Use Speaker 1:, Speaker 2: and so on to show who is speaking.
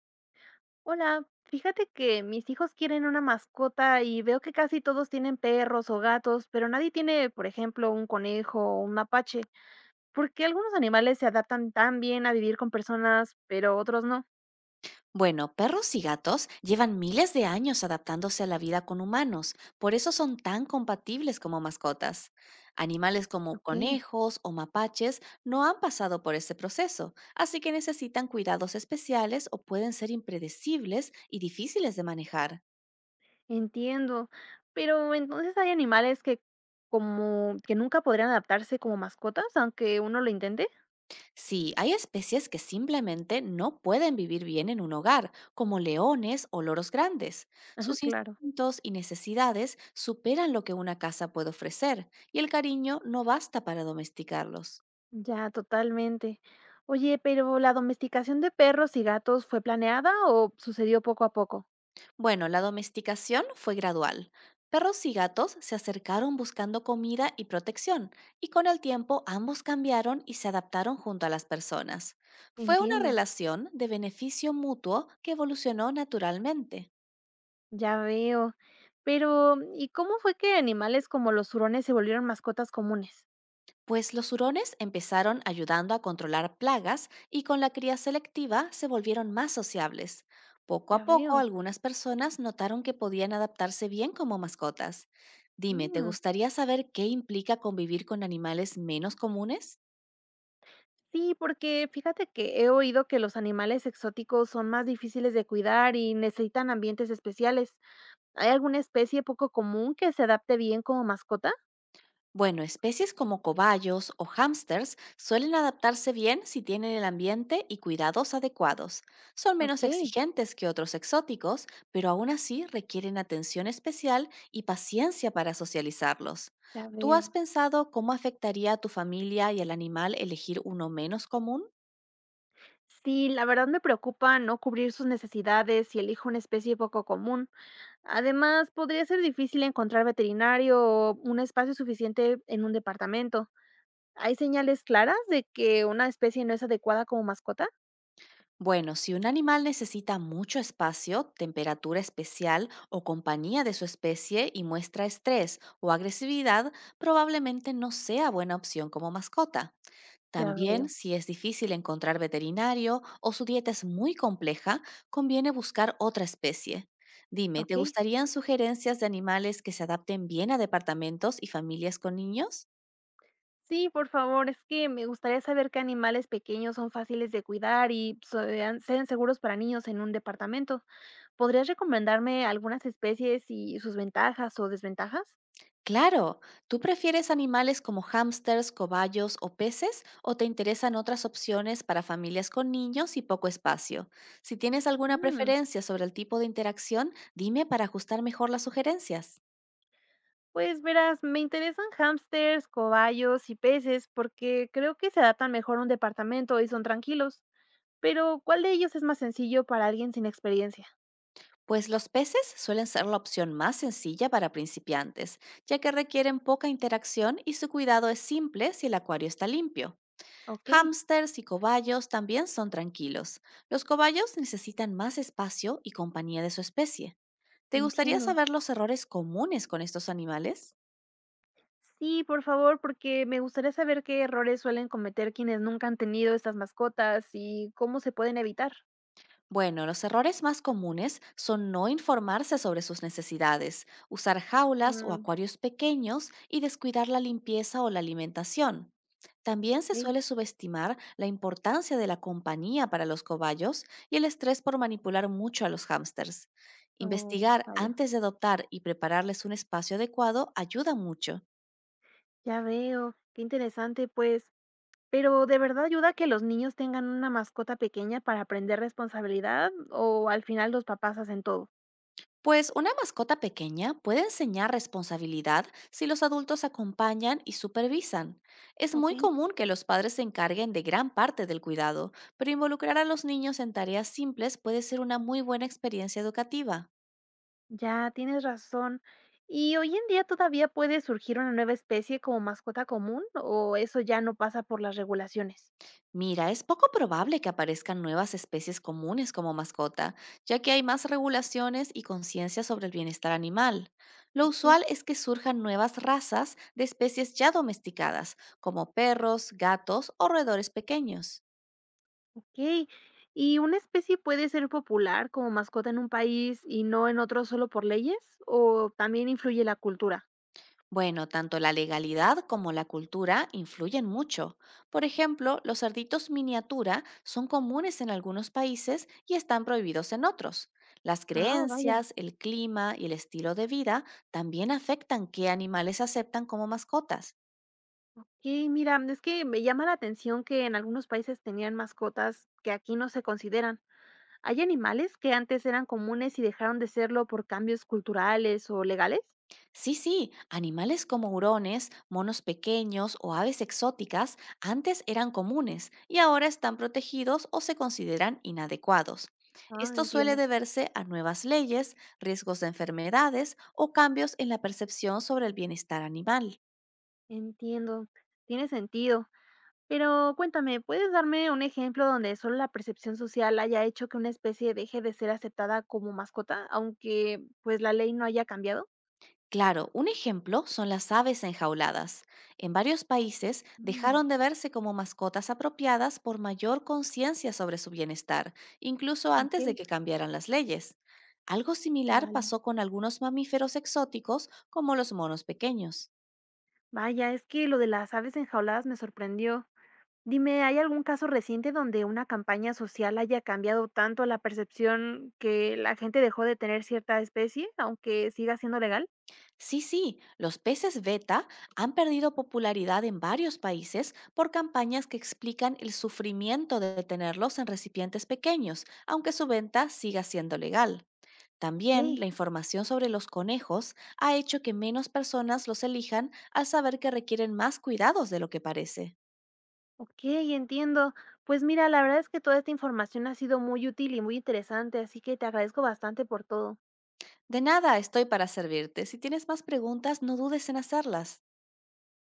Speaker 1: Hola, fíjate que mis hijos quieren una mascota y veo que casi todos tienen perros o gatos, pero nadie tiene, por ejemplo, un conejo o un mapache. ¿Por qué algunos animales se adaptan tan bien a vivir con personas, pero otros no?
Speaker 2: Bueno, perros y gatos llevan miles de años adaptándose a la vida con humanos, por eso son tan compatibles como mascotas. Animales como
Speaker 1: Ok,
Speaker 2: conejos o mapaches no han pasado por ese proceso, así que necesitan cuidados especiales o pueden ser impredecibles y difíciles de manejar.
Speaker 1: entiendo. Pero entonces hay animales que como que nunca podrían adaptarse como mascotas, aunque uno lo intente.
Speaker 2: Sí, hay especies que simplemente no pueden vivir bien en un hogar, como leones o loros grandes.
Speaker 1: Ajá,
Speaker 2: Sus
Speaker 1: claro.
Speaker 2: instintos y necesidades superan lo que una casa puede ofrecer, y el cariño no basta para domesticarlos.
Speaker 1: Ya, totalmente. Oye, pero ¿la domesticación de perros y gatos fue planeada o sucedió poco a poco?
Speaker 2: Bueno, la domesticación fue gradual. Perros y gatos se acercaron buscando comida y protección, y con el tiempo ambos cambiaron y se adaptaron junto a las personas. Fue una
Speaker 1: Entiendo.
Speaker 2: relación de beneficio mutuo que evolucionó naturalmente.
Speaker 1: Ya veo. Pero, ¿y cómo fue que animales como los hurones se volvieron mascotas comunes?
Speaker 2: Pues los hurones empezaron ayudando a controlar plagas y con la cría selectiva se volvieron más sociables. Poco
Speaker 1: Ya
Speaker 2: a poco
Speaker 1: veo.
Speaker 2: algunas personas notaron que podían adaptarse bien como mascotas. Dime, ¿te
Speaker 1: Mm.
Speaker 2: gustaría saber qué implica convivir con animales menos comunes?
Speaker 1: Sí, porque fíjate que he oído que los animales exóticos son más difíciles de cuidar y necesitan ambientes especiales. ¿Hay alguna especie poco común que se adapte bien como mascota?
Speaker 2: Bueno, especies como cobayos o hámsters suelen adaptarse bien si tienen el ambiente y cuidados adecuados. Son menos
Speaker 1: Ok,
Speaker 2: exigentes que otros exóticos, pero aún así requieren atención especial y paciencia para socializarlos.
Speaker 1: ya
Speaker 2: ¿Tú has
Speaker 1: veo.
Speaker 2: pensado cómo afectaría a tu familia y al animal elegir uno menos común?
Speaker 1: Sí, la verdad me preocupa no cubrir sus necesidades si elijo una especie poco común. Además, podría ser difícil encontrar veterinario o un espacio suficiente en un departamento. ¿Hay señales claras de que una especie no es adecuada como mascota?
Speaker 2: Bueno, si un animal necesita mucho espacio, temperatura especial o compañía de su especie y muestra estrés o agresividad, probablemente no sea buena opción como mascota.
Speaker 1: Ya
Speaker 2: También,
Speaker 1: veo.
Speaker 2: si es difícil encontrar veterinario o su dieta es muy compleja, conviene buscar otra especie. Dime, ¿te
Speaker 1: Ok.
Speaker 2: gustarían sugerencias de animales que se adapten bien a departamentos y familias con niños?
Speaker 1: Sí, por favor, es que me gustaría saber qué animales pequeños son fáciles de cuidar y sean seguros para niños en un departamento. ¿Podrías recomendarme algunas especies y sus ventajas o desventajas?
Speaker 2: Claro, ¿tú prefieres animales como hámsters, cobayos o peces o te interesan otras opciones para familias con niños y poco espacio? Si tienes alguna
Speaker 1: Mm,
Speaker 2: preferencia sobre el tipo de interacción, dime para ajustar mejor las sugerencias.
Speaker 1: Pues verás, me interesan hámsters, cobayos y peces porque creo que se adaptan mejor a un departamento y son tranquilos. Pero, ¿cuál de ellos es más sencillo para alguien sin experiencia?
Speaker 2: Pues los peces suelen ser la opción más sencilla para principiantes, ya que requieren poca interacción y su cuidado es simple si el acuario está limpio.
Speaker 1: Ok,
Speaker 2: Hámsters y cobayos también son tranquilos. Los cobayos necesitan más espacio y compañía de su especie. ¿Te gustaría
Speaker 1: entiendo.
Speaker 2: saber los errores comunes con estos animales?
Speaker 1: Sí, por favor, porque me gustaría saber qué errores suelen cometer quienes nunca han tenido estas mascotas y cómo se pueden evitar.
Speaker 2: Bueno, los errores más comunes son no informarse sobre sus necesidades, usar jaulas o
Speaker 1: Mm.
Speaker 2: acuarios pequeños y descuidar la limpieza o la alimentación. También
Speaker 1: Ok.
Speaker 2: se suele subestimar la importancia de la compañía para los cobayos y el estrés por manipular mucho a los hámsters.
Speaker 1: Oh,
Speaker 2: Investigar
Speaker 1: vaya,
Speaker 2: antes de adoptar y prepararles un espacio adecuado ayuda mucho.
Speaker 1: ya veo, qué interesante, pues. Pero ¿de verdad ayuda que los niños tengan una mascota pequeña para aprender responsabilidad o al final los papás hacen todo?
Speaker 2: Pues una mascota pequeña puede enseñar responsabilidad si los adultos acompañan y supervisan. Es
Speaker 1: Ok,
Speaker 2: muy común que los padres se encarguen de gran parte del cuidado, pero involucrar a los niños en tareas simples puede ser una muy buena experiencia educativa.
Speaker 1: ya tienes razón. ¿Y hoy en día todavía puede surgir una nueva especie como mascota común o eso ya no pasa por las regulaciones?
Speaker 2: Mira, es poco probable que aparezcan nuevas especies comunes como mascota, ya que hay más regulaciones y conciencia sobre el bienestar animal. Lo usual
Speaker 1: Ok.
Speaker 2: es que surjan nuevas razas de especies ya domesticadas, como perros, gatos o roedores pequeños.
Speaker 1: Okey. ¿Y una especie puede ser popular como mascota en un país y no en otro solo por leyes, o también influye la cultura?
Speaker 2: Bueno, tanto la legalidad como la cultura influyen mucho. Por ejemplo, los cerditos miniatura son comunes en algunos países y están prohibidos en otros. Las
Speaker 1: Ah, vaya.
Speaker 2: creencias, el clima y el estilo de vida también afectan qué animales aceptan como mascotas.
Speaker 1: Okey, mira, es que me llama la atención que en algunos países tenían mascotas que aquí no se consideran. ¿Hay animales que antes eran comunes y dejaron de serlo por cambios culturales o legales?
Speaker 2: Sí, sí, animales como hurones, monos pequeños o aves exóticas antes eran comunes y ahora están protegidos o se consideran inadecuados.
Speaker 1: Ah,
Speaker 2: Esto suele
Speaker 1: entiendo,
Speaker 2: deberse a nuevas leyes, riesgos de enfermedades o cambios en la percepción sobre el bienestar animal.
Speaker 1: entiendo. Tiene sentido. Pero cuéntame, ¿puedes darme un ejemplo donde solo la percepción social haya hecho que una especie deje de ser aceptada como mascota, aunque pues la ley no haya cambiado?
Speaker 2: Claro, un ejemplo son las aves enjauladas. En varios países dejaron
Speaker 1: Mm.
Speaker 2: de verse como mascotas apropiadas por mayor conciencia sobre su bienestar, incluso
Speaker 1: Ok.
Speaker 2: antes de que cambiaran las leyes. Algo similar
Speaker 1: Vale.
Speaker 2: pasó con algunos mamíferos exóticos como los monos pequeños.
Speaker 1: Vaya, es que lo de las aves enjauladas me sorprendió. Dime, ¿hay algún caso reciente donde una campaña social haya cambiado tanto la percepción que la gente dejó de tener cierta especie, aunque siga siendo legal?
Speaker 2: Sí, sí, los peces beta han perdido popularidad en varios países por campañas que explican el sufrimiento de tenerlos en recipientes pequeños, aunque su venta siga siendo legal. También
Speaker 1: Ok.
Speaker 2: la información sobre los conejos ha hecho que menos personas los elijan al saber que requieren más cuidados de lo que parece.
Speaker 1: Ok, entiendo. Pues mira, la verdad es que toda esta información ha sido muy útil y muy interesante, así que te agradezco bastante por todo.
Speaker 2: De nada, estoy para servirte. Si tienes más preguntas, no dudes en hacerlas.